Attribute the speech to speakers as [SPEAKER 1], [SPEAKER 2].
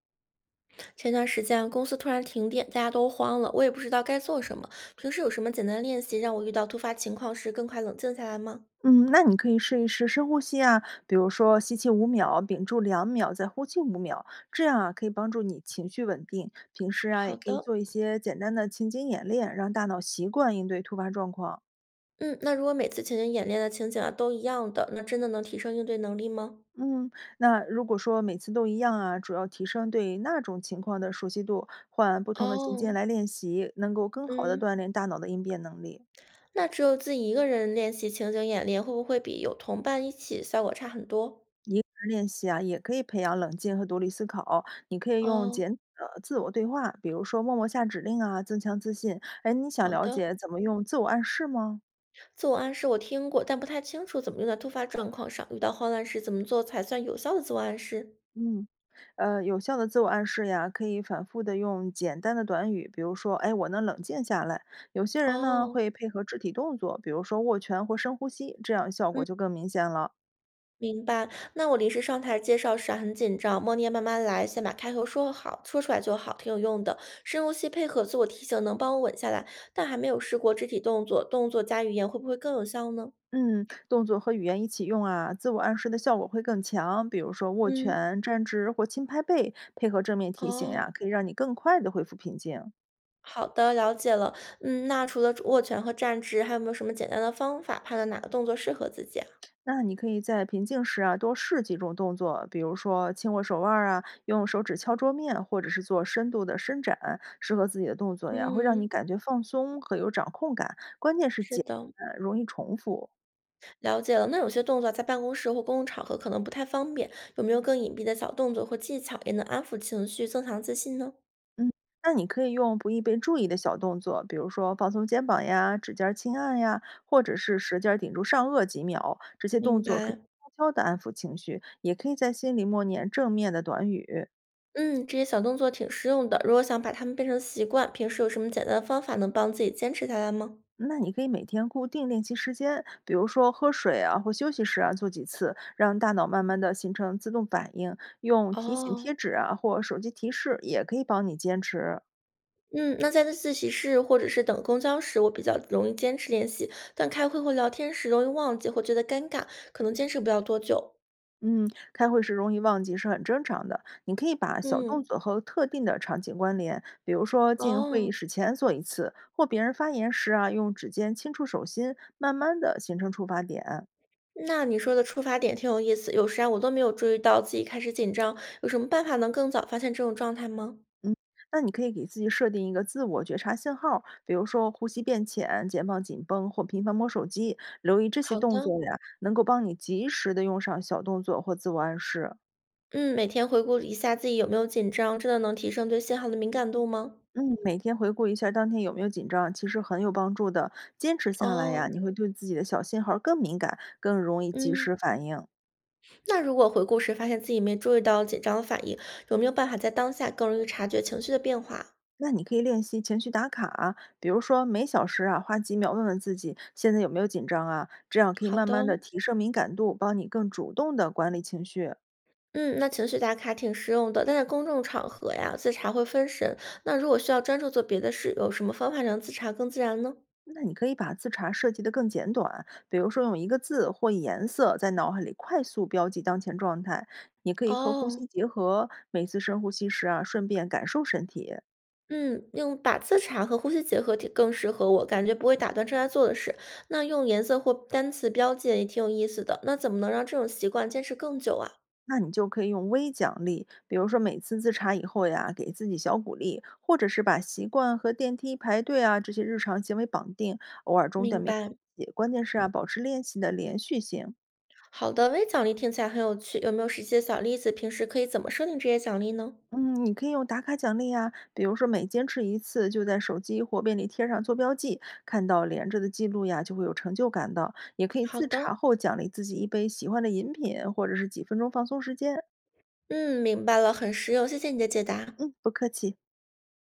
[SPEAKER 1] 前段时间啊公司突然停电，大家都慌了，我也不知道该做什么。平时有什么简单练习，让我遇到突发情况时更快冷静下来吗？
[SPEAKER 2] 嗯，那你可以试一试深呼吸啊，比如说吸气五秒，屏住2秒，再呼气五秒，这样啊可以帮助你情绪稳定。平时啊也
[SPEAKER 1] 好
[SPEAKER 2] 可以
[SPEAKER 1] 的，
[SPEAKER 2] 做一些简单的情景演练，让大脑习惯应对突发状况。
[SPEAKER 1] 嗯，那如果每次情景演练的情景啊都一样的，那真的能提升应对能力吗？
[SPEAKER 2] 嗯，那如果说每次都一样啊，主要提升对那种情况的熟悉度，换不同的情境
[SPEAKER 1] 哦，
[SPEAKER 2] 来练习，能够更好的
[SPEAKER 1] 嗯，
[SPEAKER 2] 锻炼大脑的应变能力。
[SPEAKER 1] 那只有自己一个人练习情景演练，会不会比有同伴一起效果差很多？
[SPEAKER 2] 一个人练习啊，也可以培养冷静和独立思考。你可以用
[SPEAKER 1] 哦，
[SPEAKER 2] 自我对话，比如说默默下指令啊，增强自信。哎，你想
[SPEAKER 1] 好
[SPEAKER 2] 了
[SPEAKER 1] 的，
[SPEAKER 2] 解怎么用自我暗示吗？
[SPEAKER 1] 自我暗示我听过，但不太清楚怎么用在突发状况上。遇到慌乱时怎么做才算有效的自我暗示？
[SPEAKER 2] 嗯，有效的自我暗示呀，可以反复的用简单的短语，比如说，哎，我能冷静下来。有些人呢
[SPEAKER 1] 哦，
[SPEAKER 2] 会配合肢体动作，比如说握拳或深呼吸，这样效果
[SPEAKER 1] 嗯。
[SPEAKER 2] 就更明显了。
[SPEAKER 1] 明白，那我临时上台介绍时啊，很紧张，默念慢慢来，先把开头说好，说出来就好，挺有用的。深呼吸配合自我提醒，能帮我稳下来，但还没有试过肢体动作，动作加语言会不会更有效呢？
[SPEAKER 2] 嗯，动作和语言一起用啊，自我暗示的效果会更强。比如说握
[SPEAKER 1] 嗯，
[SPEAKER 2] 拳、站直或轻拍背，配合正面提醒
[SPEAKER 1] 哦，
[SPEAKER 2] 呀、可以让你更快的恢复平静。
[SPEAKER 1] 好的，了解了。嗯，那除了握拳和站直，还有没有什么简单的方法判断哪个动作适合自己啊？
[SPEAKER 2] 那你可以在平静时啊，多试几种动作，比如说轻握手腕儿啊，用手指敲桌面，或者是做深度的伸展，适合自己的动作呀，会让你
[SPEAKER 1] 嗯，
[SPEAKER 2] 感觉放松和有掌控感。关键是
[SPEAKER 1] 是
[SPEAKER 2] 简
[SPEAKER 1] 的，
[SPEAKER 2] 单，容易重复。
[SPEAKER 1] 了解了。那有些动作在办公室或公共场合可能不太方便，有没有更隐蔽的小动作或技巧，也能安抚情绪，增强自信呢？
[SPEAKER 2] 嗯，那你可以用不易被注意的小动作，比如说放松肩膀呀、指尖儿轻按呀，或者是舌尖儿顶住上颚几秒，这些动
[SPEAKER 1] 明
[SPEAKER 2] 作可以
[SPEAKER 1] 白，
[SPEAKER 2] 悄悄的安抚情绪，也可以在心里默念正面的短语。
[SPEAKER 1] 嗯，这些小动作挺实用的。如果想把它们变成习惯，平时有什么简单的方法能帮自己坚持下来吗？
[SPEAKER 2] 那你可以每天固定练习时间，比如说喝水啊或休息时啊做几次，让大脑慢慢的形成自动反应。用提醒
[SPEAKER 1] 哦，
[SPEAKER 2] 贴纸啊或手机提示也可以帮你坚持。
[SPEAKER 1] 嗯，那在自习室或者是等公交时，我比较容易坚持练习，但开会或聊天时容易忘记或觉得尴尬，可能坚持不了多久。
[SPEAKER 2] 嗯，开会时容易忘记是很正常的。你可以把小动
[SPEAKER 1] 嗯，
[SPEAKER 2] 作和特定的场景关联，比如说进会议
[SPEAKER 1] 哦，
[SPEAKER 2] 室前做一次，或别人发言时啊，用指尖轻触手心，慢慢的形成触发点。
[SPEAKER 1] 那你说的出发点挺有意思，有时啊我都没有注意到自己开始紧张，有什么办法能更早发现这种状态吗？
[SPEAKER 2] 嗯，那你可以给自己设定一个自我觉察信号，比如说呼吸变浅、肩膀紧绷或频繁摸手机。留意这些
[SPEAKER 1] 好
[SPEAKER 2] 动
[SPEAKER 1] 的，
[SPEAKER 2] 作呀，能够帮你及时的用上小动作或自我暗示。
[SPEAKER 1] 嗯，每天回顾一下自己有没有紧张，真的能提升对信号的敏感度吗？
[SPEAKER 2] 嗯，每天回顾一下当天有没有紧张，其实很有帮助的。坚持下来呀，
[SPEAKER 1] 哦，
[SPEAKER 2] 你会对自己的小信号儿更敏感，更容易及
[SPEAKER 1] 嗯，
[SPEAKER 2] 时反应。
[SPEAKER 1] 那如果回顾时发现自己没注意到紧张的反应，有没有办法在当下更容易察觉情绪的变化？
[SPEAKER 2] 那你可以练习情绪打卡啊，比如说每小时啊花几秒问问自己现在有没有紧张啊，这样可以
[SPEAKER 1] 好
[SPEAKER 2] 慢
[SPEAKER 1] 的，
[SPEAKER 2] 慢的提升敏感度，帮你更主动的管理情绪。
[SPEAKER 1] 嗯，那情绪打卡挺实用的，但在公众场合呀，自查会分神。那如果需要专注做别的事，有什么方法让自查更自然呢？
[SPEAKER 2] 那你可以把自查设计的更简短，比如说用一个字或颜色在脑海里快速标记当前状态，也可以和呼
[SPEAKER 1] 哦，
[SPEAKER 2] 吸结合，每次深呼吸时啊，顺便感受身体。
[SPEAKER 1] 嗯，用把自查和呼吸结合体更适合我，感觉不会打断正在做的事。那用颜色或单词标记也挺有意思的。那怎么能让这种习惯坚持更久啊？
[SPEAKER 2] 那你就可以用微奖励，比如说每次自查以后呀，给自己小鼓励，或者是把习惯和电梯排队啊这些日常行为绑定，偶尔中断
[SPEAKER 1] 明
[SPEAKER 2] 没
[SPEAKER 1] 白。
[SPEAKER 2] 关系关键是啊，保持练习的连续性。
[SPEAKER 1] 好的，微奖励听起来很有趣，有没有实际的小例子？平时可以怎么设定这些奖励呢？
[SPEAKER 2] 嗯，你可以用打卡奖励啊，比如说每坚持一次，就在手机或便利贴上做标记，看到连着的记录呀，就会有成就感的。也可以
[SPEAKER 1] 好
[SPEAKER 2] 自查
[SPEAKER 1] 的，
[SPEAKER 2] 后奖励自己一杯喜欢的饮品，或者是几分钟放松时间。
[SPEAKER 1] 嗯，明白了，很实用，谢谢你的解答。
[SPEAKER 2] 嗯，不客气。